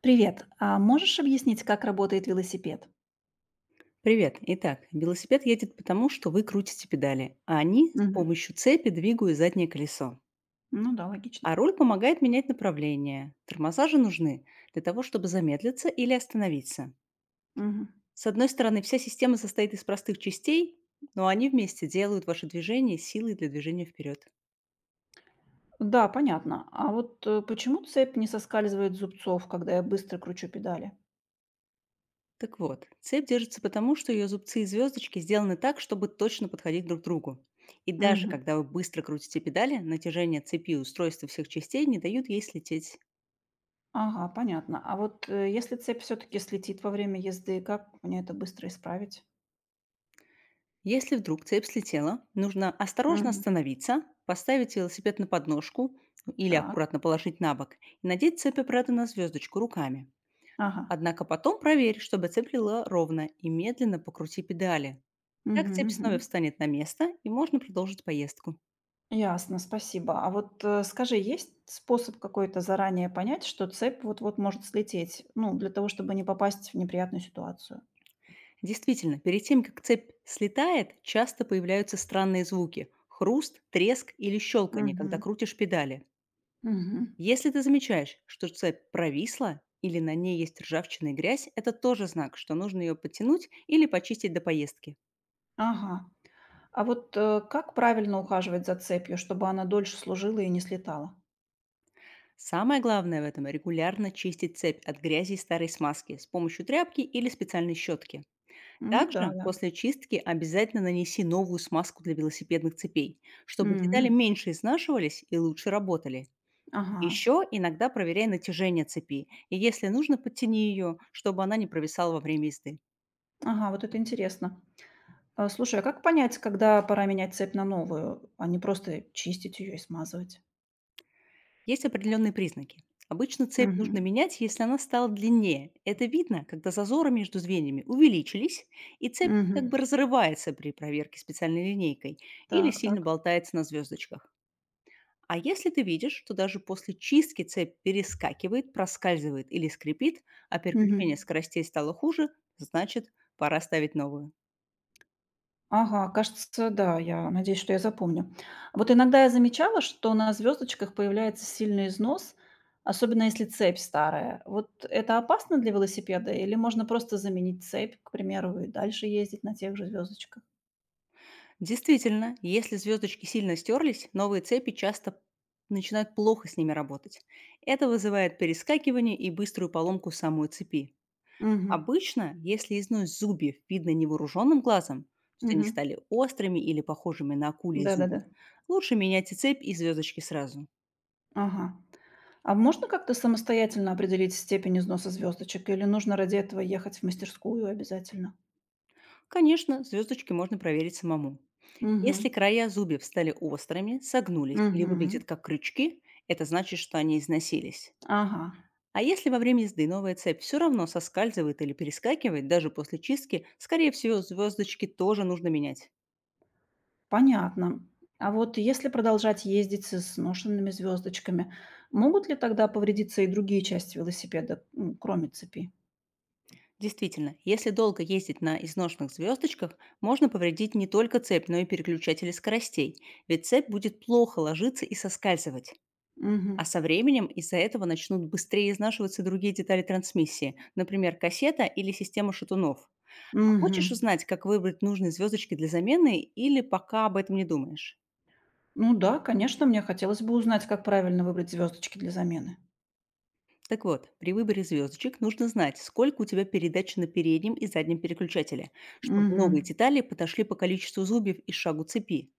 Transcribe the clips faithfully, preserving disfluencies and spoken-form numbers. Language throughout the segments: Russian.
Привет. А можешь объяснить, как работает велосипед? Привет. Итак, велосипед едет потому, что вы крутите педали, а они с Мгм. помощью цепи двигают заднее колесо. Ну да, логично. А руль помогает менять направление. Тормоза же нужны для того, чтобы замедлиться или остановиться. Мгм. С одной стороны, вся система состоит из простых частей, но они вместе делают ваше движение силой для движения вперед. Да, понятно. А вот э, почему цепь не соскальзывает с зубцов, когда я быстро кручу педали? Так вот, цепь держится потому, что ее зубцы и звездочки сделаны так, чтобы точно подходить друг к другу. И даже Мгм. когда вы быстро крутите педали, натяжение цепи и устройства всех частей не дают ей слететь. Ага, понятно. А вот э, если цепь все-таки слетит во время езды, как мне это быстро исправить? Если вдруг цепь слетела, нужно осторожно Мгм. остановиться, поставить велосипед на подножку или Так. аккуратно положить на бок и надеть цепь обратно на звездочку руками. Ага. Однако потом проверь, чтобы цепь лила ровно и медленно покрути педали. Так Мгм, цепь мгм. снова встанет на место и можно продолжить поездку. Ясно, спасибо. А вот э, скажи, есть способ какой-то заранее понять, что цепь вот-вот может слететь, ну, для того, чтобы не попасть в неприятную ситуацию? Действительно, перед тем, как цепь слетает, часто появляются странные звуки – хруст, треск или щелканье, когда Мгм. крутишь педали. Мгм. Если ты замечаешь, что цепь провисла или на ней есть ржавчина и грязь, это тоже знак, что нужно ее подтянуть или почистить до поездки. Ага. А вот, э, как правильно ухаживать за цепью, чтобы она дольше служила и не слетала? Самое главное в этом – регулярно чистить цепь от грязи и старой смазки с помощью тряпки или специальной щетки. Ну да, Также да. после чистки обязательно нанеси новую смазку для велосипедных цепей, чтобы детали М. меньше изнашивались и лучше работали. Ага. Еще иногда проверяй натяжение цепи, и если нужно, подтяни ее, чтобы она не провисала во время езды. Ага, вот это интересно. А, слушай, а как понять, когда пора менять цепь на новую, а не просто чистить ее и смазывать? Есть определенные признаки. Обычно цепь нужно Мгм. менять, если она стала длиннее. Это видно, когда зазоры между звеньями увеличились, и цепь как Мгм. бы разрывается при проверке специальной линейкой или Так, сильно так. болтается на звездочках. А если ты видишь, что даже после чистки цепь перескакивает, проскальзывает или скрипит, а переключение Мгм. скоростей стало хуже, значит, пора ставить новую. Ага, кажется, да, я надеюсь, что я запомню. Вот иногда я замечала, что на звездочках появляется сильный износ, особенно если цепь старая. Вот это опасно для велосипеда или можно просто заменить цепь, к примеру, и дальше ездить на тех же звездочках? Действительно, если звездочки сильно стерлись, новые цепи часто начинают плохо с ними работать. Это вызывает перескакивание и быструю поломку самой цепи. Угу. Обычно, если износ зубьев видно невооруженным глазом, что они Угу. стали острыми или похожими на акульи Да-да-да. зубы, лучше менять и цепь, и звездочки сразу. Ага. А можно как-то самостоятельно определить степень износа звездочек или нужно ради этого ехать в мастерскую обязательно? Конечно, звездочки можно проверить самому. Угу. Если края зубьев стали острыми, согнулись или Угу. выглядят как крючки, это значит, что они износились. Ага. А если во время езды новая цепь все равно соскальзывает или перескакивает, даже после чистки, скорее всего, звездочки тоже нужно менять. Понятно. А вот если продолжать ездить со сношенными звездочками, могут ли тогда повредиться и другие части велосипеда, м, кроме цепи? Действительно, если долго ездить на изношенных звездочках, можно повредить не только цепь, но и переключатели скоростей, ведь цепь будет плохо ложиться и соскальзывать. А Мгм. со временем из-за этого начнут быстрее изнашиваться другие детали трансмиссии, например, кассета или система шатунов. А хочешь Мгм. узнать, как выбрать нужные звездочки для замены или пока об этом не думаешь? Ну да, конечно, мне хотелось бы узнать, как правильно выбрать звездочки для замены. Так вот, при выборе звездочек нужно знать, сколько у тебя передач на переднем и заднем переключателе, чтобы новые Мгм. детали подошли по количеству зубьев и шагу цепи.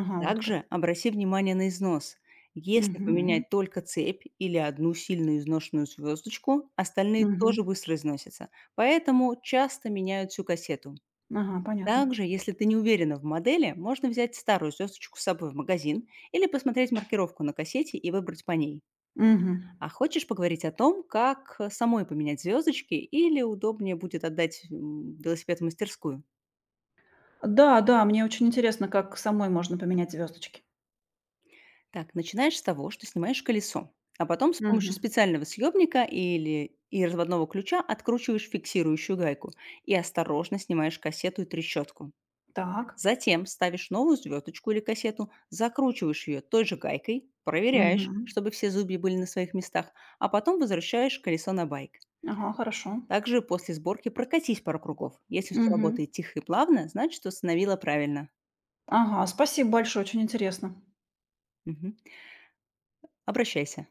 Ага, вот как. Также обрати внимание на износ. Если Мгм. поменять только цепь или одну сильно изношенную звездочку, остальные тоже Мгм. быстро износятся, поэтому часто меняют всю кассету. Ага, понятно. Также, если ты не уверена в модели, можно взять старую звездочку с собой в магазин или посмотреть маркировку на кассете и выбрать по ней. Мгм. А хочешь поговорить о том, как э, самой поменять звездочки или удобнее будет отдать м, велосипед в мастерскую? Да, да, мне очень интересно, как самой можно поменять звездочки. Так, начинаешь с того, что снимаешь колесо, а потом с помощью Мгм. специального съемника или и разводного ключа откручиваешь фиксирующую гайку и осторожно снимаешь кассету и трещотку. Так. Затем ставишь новую звездочку или кассету, закручиваешь ее той же гайкой, проверяешь, Мгм. чтобы все зубья были на своих местах, а потом возвращаешь колесо на байк. Ага, хорошо. Также после сборки прокатись пару кругов. Если все Мгм. работает тихо и плавно, значит, установила правильно. Ага, спасибо большое, очень интересно. Мгм. Обращайся.